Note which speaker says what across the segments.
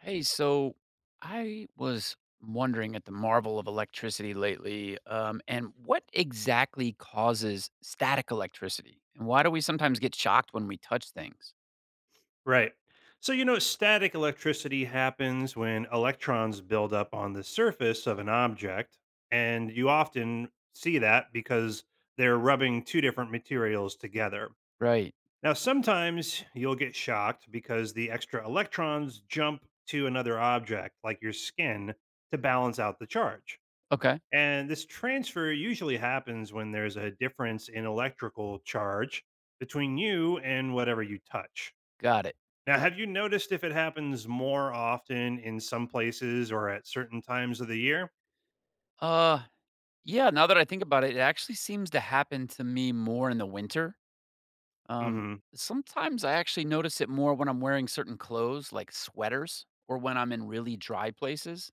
Speaker 1: Hey, so I was wondering at the marvel of electricity lately, and what exactly causes static electricity? And why do we sometimes get shocked when we touch things?
Speaker 2: Right. So, you know, static electricity happens when electrons build up on the surface of an object. And you often see that because they're rubbing two different materials together.
Speaker 1: Right.
Speaker 2: Now, sometimes you'll get shocked because the extra electrons jump to another object, like your skin, to
Speaker 1: Mm.
Speaker 2: balance out the charge.
Speaker 1: Okay.
Speaker 2: And this transfer usually happens when there's a difference in electrical charge between you and whatever you touch.
Speaker 1: Got it.
Speaker 2: Now, have you noticed if it happens more often in some places or at certain times of the year?
Speaker 1: Uh, yeah, now that I think about it, it actually seems to happen to me more in the winter. Um,
Speaker 2: hmm
Speaker 1: Sometimes I actually notice it more when I'm wearing certain clothes, like sweaters, or when I'm in really dry places.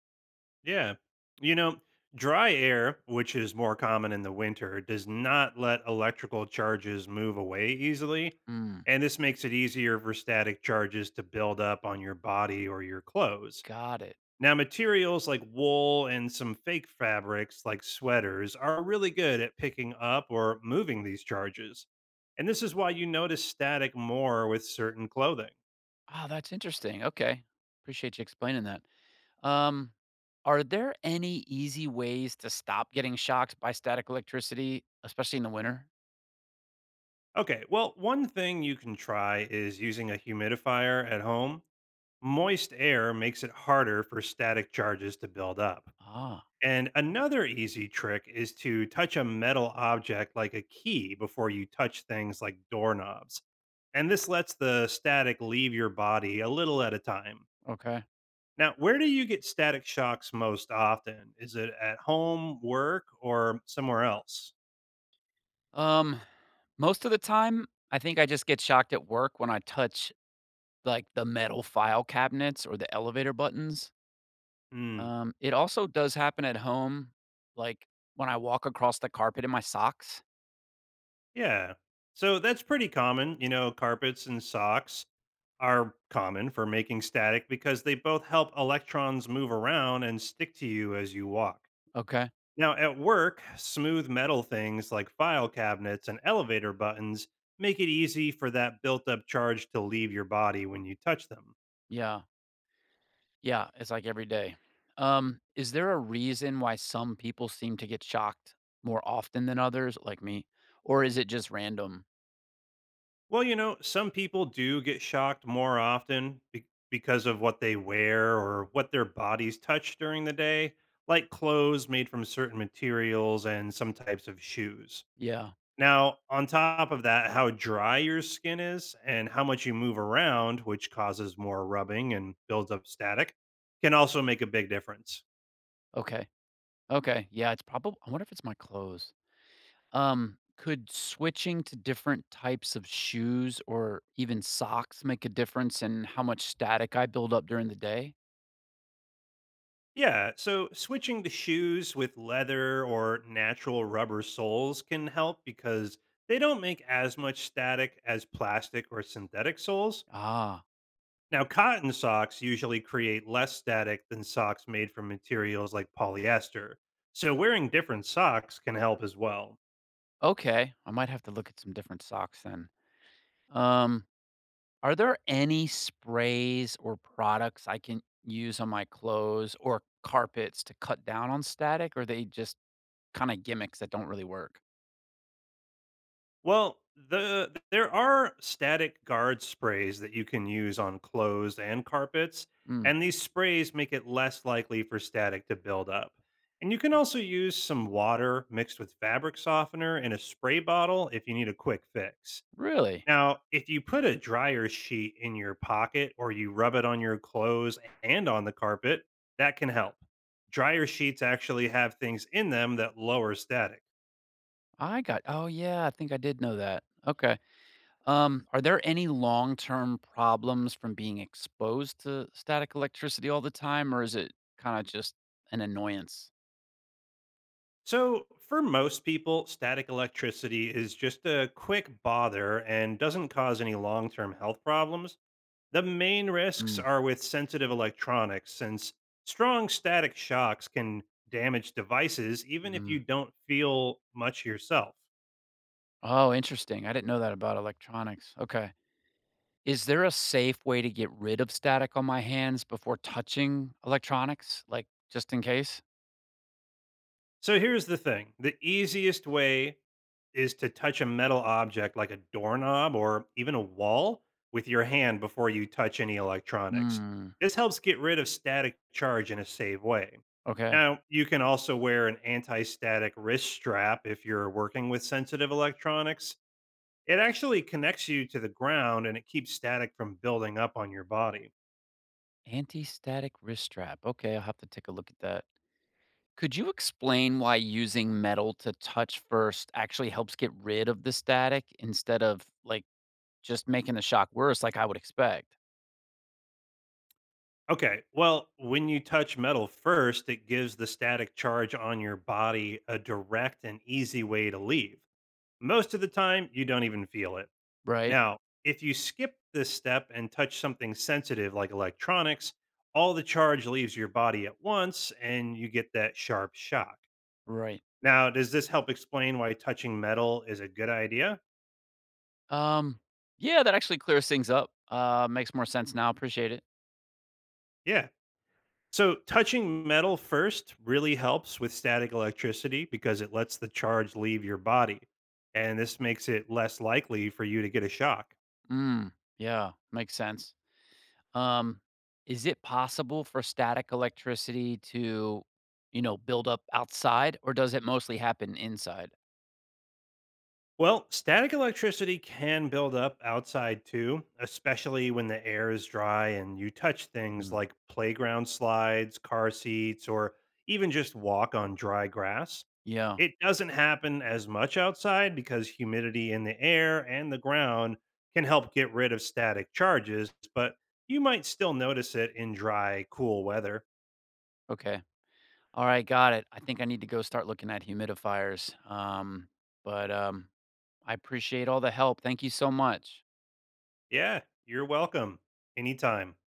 Speaker 2: Yeah. You know, dry air, which is more common in the winter, does not let electrical charges move away easily.
Speaker 1: Mm,
Speaker 2: And this makes it easier for static charges to build up on your body or your clothes.
Speaker 1: got it.
Speaker 2: Now, materials like wool and some fake fabrics like sweaters are really good at picking up or moving these charges. And this is why you notice static more with certain clothing.
Speaker 1: Ah, that's interesting. Okay. Appreciate you explaining that. Um, are there any easy ways to stop getting shocked by static electricity, especially in the winter?
Speaker 2: Okay, well, one thing you can try is using a humidifier at home. Moist air makes it harder for static charges to build up.
Speaker 1: Ah,
Speaker 2: And another easy trick is to touch a metal object like a key before you touch things like doorknobs. And this lets the static leave your body a little at a time.
Speaker 1: okay.
Speaker 2: Now, where do you get static shocks most often? Is it at home, work, or somewhere else?
Speaker 1: Um, Most of the time, I think I just get shocked at work when I touch like the metal file cabinets or the elevator buttons.
Speaker 2: Hmm.
Speaker 1: It also does happen at home, like when I walk across the carpet in my socks.
Speaker 2: Yeah. So that's pretty common. You know, carpets and socks are common for making static because they both help electrons move around and stick to you as you walk.
Speaker 1: Okay.
Speaker 2: Now, at work, smooth metal things like file cabinets and elevator buttons make it easy for that built up charge to leave your body when you touch them.
Speaker 1: Yeah. Yeah, it's like every day. Is there a reason why some people seem to get shocked more often than others, like me? Or is it just random?
Speaker 2: Well, you know, some people do get shocked more often because of what they wear or what their bodies touch during the day, like clothes made from certain materials and some types of shoes.
Speaker 1: Yeah.
Speaker 2: Now, on top of that, how dry your skin is and how much you move around, which causes more rubbing and builds up static, can also make a big difference.
Speaker 1: Okay. Okay, yeah, it's probably I wonder if it's my clothes. Could switching to different types of shoes or even socks make a difference in how much static I build up during the day?
Speaker 2: Yeah, so switching to shoes with leather or natural rubber soles can help because they don't make as much static as plastic or synthetic soles.
Speaker 1: Ah,
Speaker 2: Now, cotton socks usually create less static than socks made from materials like polyester. So, wearing different socks can help as well.
Speaker 1: okay. I might have to look at some different socks then. Um, Are there any sprays or products I can use on my clothes or carpets to cut down on static, or they just kinda gimmicks that don't really work?
Speaker 2: Well, there are static guard sprays that you can use on clothes and carpets,
Speaker 1: Mm.
Speaker 2: and these sprays make it less likely for static to build up. And you can
Speaker 1: Right.
Speaker 2: also use some water mixed with fabric softener in a spray bottle if you need a quick fix.
Speaker 1: Really?
Speaker 2: Now, if you put a dryer sheet in your pocket or you rub it on your clothes and on the carpet, that can help. Dryer sheets actually have things in them that lower static.
Speaker 1: I got oh, yeah, I think I did know that. Okay. Are there any long-term problems from being exposed to static electricity all the time, or is it kinda just an annoyance?
Speaker 2: So, for most people, static electricity is just a quick bother and doesn't cause any long term health problems. The main risks
Speaker 1: Mm,
Speaker 2: are with sensitive electronics, since strong static shocks can damage devices even if
Speaker 1: mm.
Speaker 2: you don't feel much yourself.
Speaker 1: Oh, interesting. I didn't know that about electronics. Okay. Is there a safe way to get rid of static on my hands before touching electronics, like, just in case?
Speaker 2: So here's the thing. The easiest way is to touch a metal object like a doorknob or even a wall with your hand before you touch any electronics.
Speaker 1: Mm,
Speaker 2: This helps get rid of static charge in a safe way.
Speaker 1: okay.
Speaker 2: Now, you can also wear an anti static wrist strap if you're working with sensitive electronics. It actually connects you to the ground and it keeps static from building up on your body.
Speaker 1: Anti-static wrist strap. Okay, I'll have to take a look at that. Could you explain why using metal to touch first actually helps get rid of the static instead of, like, just making the shock worse like I would expect?
Speaker 2: Okay. Well, when you touch metal first, it gives the static charge on your body a direct and easy way to leave. Most of the time, you don't even feel it.
Speaker 1: Right.
Speaker 2: Now, if you skip this step and touch something sensitive like electronics, all the charge leaves your body at once and you get that sharp shock.
Speaker 1: Right.
Speaker 2: Now, does this help explain why touching metal is a good idea?
Speaker 1: Um, yeah, that actually clears things up. Makes more sense now. Appreciate it.
Speaker 2: Yeah. So touching metal first really helps with static electricity because it lets the charge leave your body, and this makes it less likely for you to get a shock.
Speaker 1: Mm, yeah, makes sense. Um, is it possible for static electricity to, you know, build up outside, or does it mostly happen inside?
Speaker 2: Well, static electricity can build up outside too, especially when the air is dry and you touch things
Speaker 1: Mm,
Speaker 2: like playground slides, car seats, or even just walk on dry grass.
Speaker 1: yeah,
Speaker 2: It doesn't happen as much outside because humidity in the air and the ground can help get rid of static charges, but you might still notice it in dry, cool weather.
Speaker 1: okay. All right, got it. I think I need to go start looking at humidifiers. But I appreciate all the help. Thank you so much.
Speaker 2: Yeah, you're welcome. Anytime.